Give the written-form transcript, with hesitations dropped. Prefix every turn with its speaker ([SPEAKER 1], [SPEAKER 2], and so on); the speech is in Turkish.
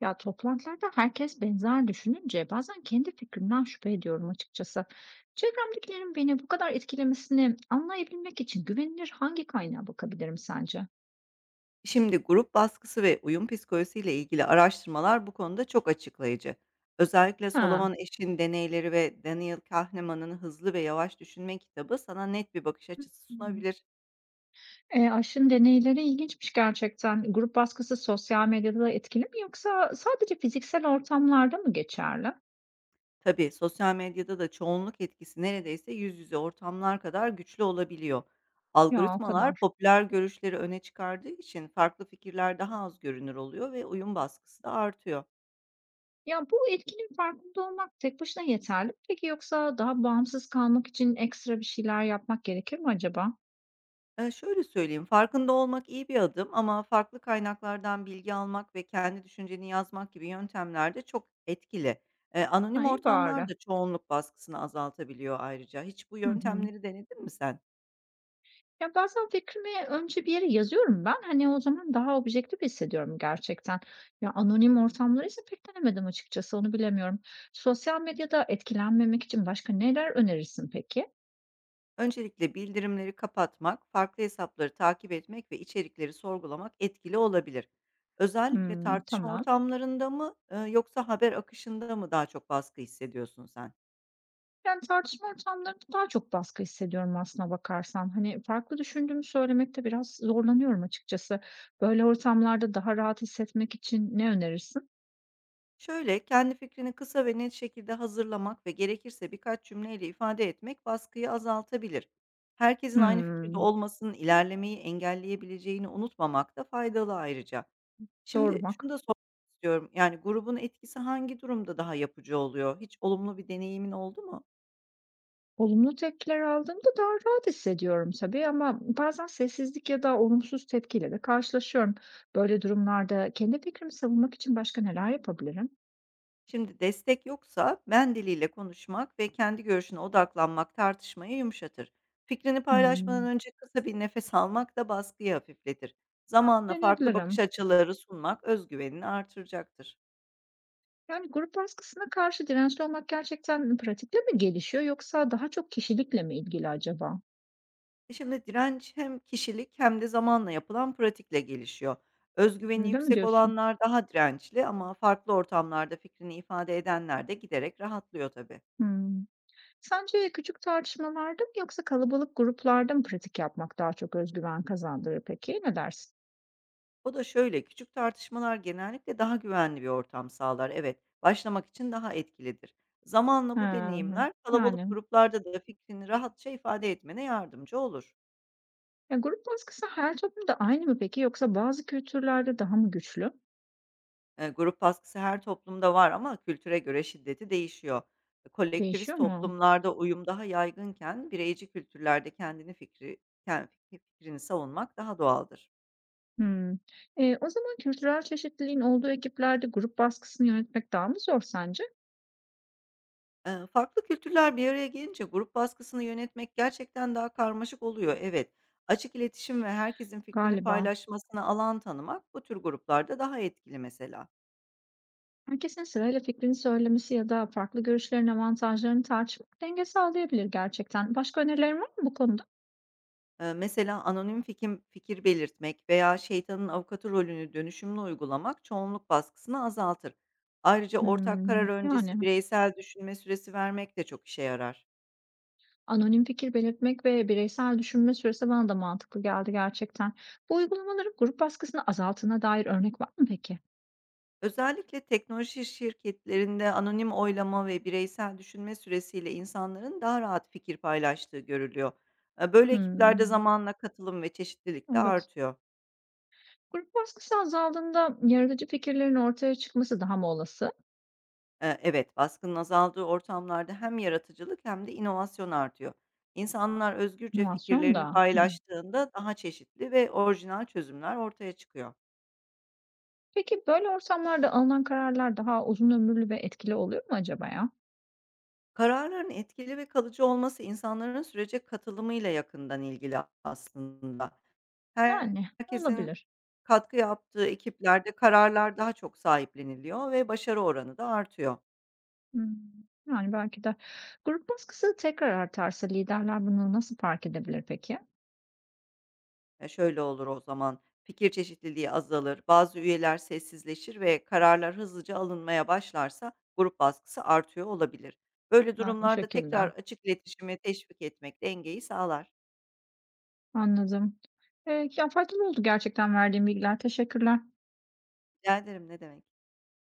[SPEAKER 1] Ya, toplantılarda herkes benzer düşününce bazen kendi fikrimden şüphe ediyorum açıkçası. Çevremdekilerin beni bu kadar etkilemesini anlayabilmek için güvenilir hangi kaynağa bakabilirim sence?
[SPEAKER 2] Şimdi grup baskısı ve uyum psikolojisiyle ilgili araştırmalar bu konuda çok açıklayıcı. Özellikle
[SPEAKER 1] Ha.
[SPEAKER 2] Solomon Eş'in deneyleri ve Daniel Kahneman'ın Hızlı ve Yavaş Düşünme kitabı sana net bir bakış açısı
[SPEAKER 1] Hmm.
[SPEAKER 2] sunabilir.
[SPEAKER 1] Aşın deneyleri ilginçmiş gerçekten. Grup baskısı sosyal medyada da etkili mi yoksa sadece fiziksel ortamlarda mı geçerli?
[SPEAKER 2] Tabii sosyal medyada da çoğunluk etkisi neredeyse yüz yüze ortamlar kadar güçlü olabiliyor.
[SPEAKER 1] Ya, o
[SPEAKER 2] Algoritmalar
[SPEAKER 1] kadar.
[SPEAKER 2] popüler görüşleri öne çıkardığı için farklı fikirler daha az görünür oluyor ve uyum baskısı da artıyor.
[SPEAKER 1] Ya, bu etkinin farkında olmak tek başına yeterli mi peki yoksa daha bağımsız kalmak için ekstra bir şeyler yapmak gerekir mi acaba?
[SPEAKER 2] Şöyle söyleyeyim, farkında olmak iyi bir adım ama farklı kaynaklardan bilgi almak ve kendi düşünceni yazmak gibi yöntemler de çok etkili.
[SPEAKER 1] Ha,
[SPEAKER 2] Anonim
[SPEAKER 1] iyi
[SPEAKER 2] ortamlar
[SPEAKER 1] bari.
[SPEAKER 2] da çoğunluk baskısını azaltabiliyor ayrıca. Hiç bu
[SPEAKER 1] Hı hı.
[SPEAKER 2] yöntemleri denedin mi sen?
[SPEAKER 1] Ya, bazen fikrimi önce bir yere yazıyorum ben. Hani, o zaman daha objektif hissediyorum gerçekten. Ya, anonim ortamları ise pek denemedim açıkçası, onu bilemiyorum. Sosyal medyada etkilenmemek için başka neler önerirsin peki?
[SPEAKER 2] Öncelikle bildirimleri kapatmak, farklı hesapları takip etmek ve içerikleri sorgulamak etkili olabilir. Özellikle
[SPEAKER 1] Hımm,
[SPEAKER 2] tartışma
[SPEAKER 1] tamam.
[SPEAKER 2] ortamlarında mı, yoksa haber akışında mı daha çok baskı hissediyorsun sen?
[SPEAKER 1] Yani, tartışma ortamlarında daha çok baskı hissediyorum aslına bakarsan. Hani, farklı düşündüğümü söylemekte biraz zorlanıyorum açıkçası. Böyle ortamlarda daha rahat hissetmek için ne önerirsin?
[SPEAKER 2] Şöyle, kendi fikrini kısa ve net şekilde hazırlamak ve gerekirse birkaç cümleyle ifade etmek baskıyı azaltabilir. Herkesin aynı fikirde
[SPEAKER 1] Hımm,
[SPEAKER 2] olmasının ilerlemeyi engelleyebileceğini unutmamak da faydalı ayrıca.
[SPEAKER 1] doğru
[SPEAKER 2] Şimdi şunu
[SPEAKER 1] bak.
[SPEAKER 2] da sormak istiyorum. Yani grubun etkisi hangi durumda daha yapıcı oluyor? Hiç olumlu bir deneyimin oldu mu?
[SPEAKER 1] Olumlu tepkiler aldığımda daha rahat hissediyorum tabii ama bazen sessizlik ya da olumsuz tepkiyle de karşılaşıyorum. Böyle durumlarda kendi fikrimi savunmak için başka neler yapabilirim?
[SPEAKER 2] Şimdi destek yoksa ben diliyle konuşmak ve kendi görüşüne odaklanmak tartışmayı yumuşatır. Fikrini paylaşmadan
[SPEAKER 1] Hmm,
[SPEAKER 2] önce kısa bir nefes almak da baskıyı hafifletir. Zamanla farklı bakış
[SPEAKER 1] deneyebilirim.
[SPEAKER 2] açıları sunmak özgüvenini artıracaktır.
[SPEAKER 1] Yani, grup baskısına karşı dirençli olmak gerçekten pratikle mi gelişiyor yoksa daha çok kişilikle mi ilgili acaba?
[SPEAKER 2] Şimdi direnç hem kişilik hem de zamanla yapılan pratikle gelişiyor. Özgüveni
[SPEAKER 1] Öyle mi
[SPEAKER 2] yüksek
[SPEAKER 1] diyorsun?
[SPEAKER 2] olanlar daha dirençli ama farklı ortamlarda fikrini ifade edenler de giderek rahatlıyor tabii.
[SPEAKER 1] Hmm. Sence küçük tartışmalarda mı yoksa kalabalık gruplarda mı pratik yapmak daha çok özgüven kazandırır peki? Ne dersin?
[SPEAKER 2] O da şöyle, küçük tartışmalar genellikle daha güvenli bir ortam sağlar. Evet, başlamak için daha etkilidir. Zamanla bu
[SPEAKER 1] Ha,
[SPEAKER 2] deneyimler kalabalık
[SPEAKER 1] yani.
[SPEAKER 2] gruplarda da fikrini rahatça ifade etmene yardımcı olur.
[SPEAKER 1] Ya, grup baskısı her toplumda aynı mı peki yoksa bazı kültürlerde daha mı güçlü?
[SPEAKER 2] Grup baskısı her toplumda var ama kültüre göre şiddeti değişiyor. Kolektivist
[SPEAKER 1] Değişiyor mu?
[SPEAKER 2] toplumlarda uyum daha yaygınken bireyci kültürlerde kendi fikrini savunmak daha doğaldır.
[SPEAKER 1] Hımm. O zaman kültürel çeşitliliğin olduğu ekiplerde grup baskısını yönetmek daha mı zor sence?
[SPEAKER 2] Farklı kültürler bir araya gelince grup baskısını yönetmek gerçekten daha karmaşık oluyor, evet. Açık iletişim ve herkesin fikrini
[SPEAKER 1] Galiba.
[SPEAKER 2] paylaşmasına alan tanımak bu tür gruplarda daha etkili mesela.
[SPEAKER 1] Herkesin sırayla fikrini söylemesi ya da farklı görüşlerin avantajlarını tartışmak denge sağlayabilir gerçekten. Başka önerilerin var mı bu konuda?
[SPEAKER 2] Mesela anonim fikir belirtmek veya şeytanın avukatı rolünü dönüşümlü uygulamak çoğunluk baskısını azaltır. Ayrıca ortak karar
[SPEAKER 1] Hımm.
[SPEAKER 2] öncesi
[SPEAKER 1] Yani,
[SPEAKER 2] bireysel düşünme süresi vermek de çok işe yarar.
[SPEAKER 1] anonim fikir belirtmek ve bireysel düşünme süresi bana da mantıklı geldi gerçekten. Bu uygulamaların grup baskısını azalttığına dair örnek var mı peki?
[SPEAKER 2] Özellikle teknoloji şirketlerinde anonim oylama ve bireysel düşünme süresiyle insanların daha rahat fikir paylaştığı görülüyor. Böyle ekiplerde
[SPEAKER 1] Hımm.
[SPEAKER 2] zamanla katılım ve çeşitlilik de
[SPEAKER 1] Evet.
[SPEAKER 2] artıyor.
[SPEAKER 1] Grup baskısı azaldığında yaratıcı fikirlerin ortaya çıkması daha mı olası?
[SPEAKER 2] Evet, baskının azaldığı ortamlarda hem yaratıcılık hem de inovasyon artıyor. İnsanlar özgürce
[SPEAKER 1] İnovasyon
[SPEAKER 2] fikirlerini
[SPEAKER 1] da. Hı.
[SPEAKER 2] paylaştığında daha çeşitli ve orijinal çözümler ortaya çıkıyor.
[SPEAKER 1] Peki böyle ortamlarda alınan kararlar daha uzun ömürlü ve etkili oluyor mu acaba ya?
[SPEAKER 2] Kararların etkili ve kalıcı olması insanların sürece katılımıyla yakından ilgili aslında.
[SPEAKER 1] Yani,
[SPEAKER 2] Herkesin
[SPEAKER 1] olabilir.
[SPEAKER 2] katkı yaptığı ekiplerde kararlar daha çok sahipleniliyor ve başarı oranı da artıyor.
[SPEAKER 1] Hmm, yani belki de grup baskısı tekrar artarsa liderler bunu nasıl fark edebilir peki?
[SPEAKER 2] Şöyle olur o zaman, fikir çeşitliliği azalır, bazı üyeler sessizleşir ve kararlar hızlıca alınmaya başlarsa grup baskısı artıyor olabilir. Böyle
[SPEAKER 1] Ha, o
[SPEAKER 2] durumlarda tekrar
[SPEAKER 1] şekilde.
[SPEAKER 2] açık iletişimi teşvik etmek dengeyi sağlar.
[SPEAKER 1] Anladım. Ya, faydalı oldu gerçekten verdiğim bilgiler. Teşekkürler.
[SPEAKER 2] Rica ederim, ne demek.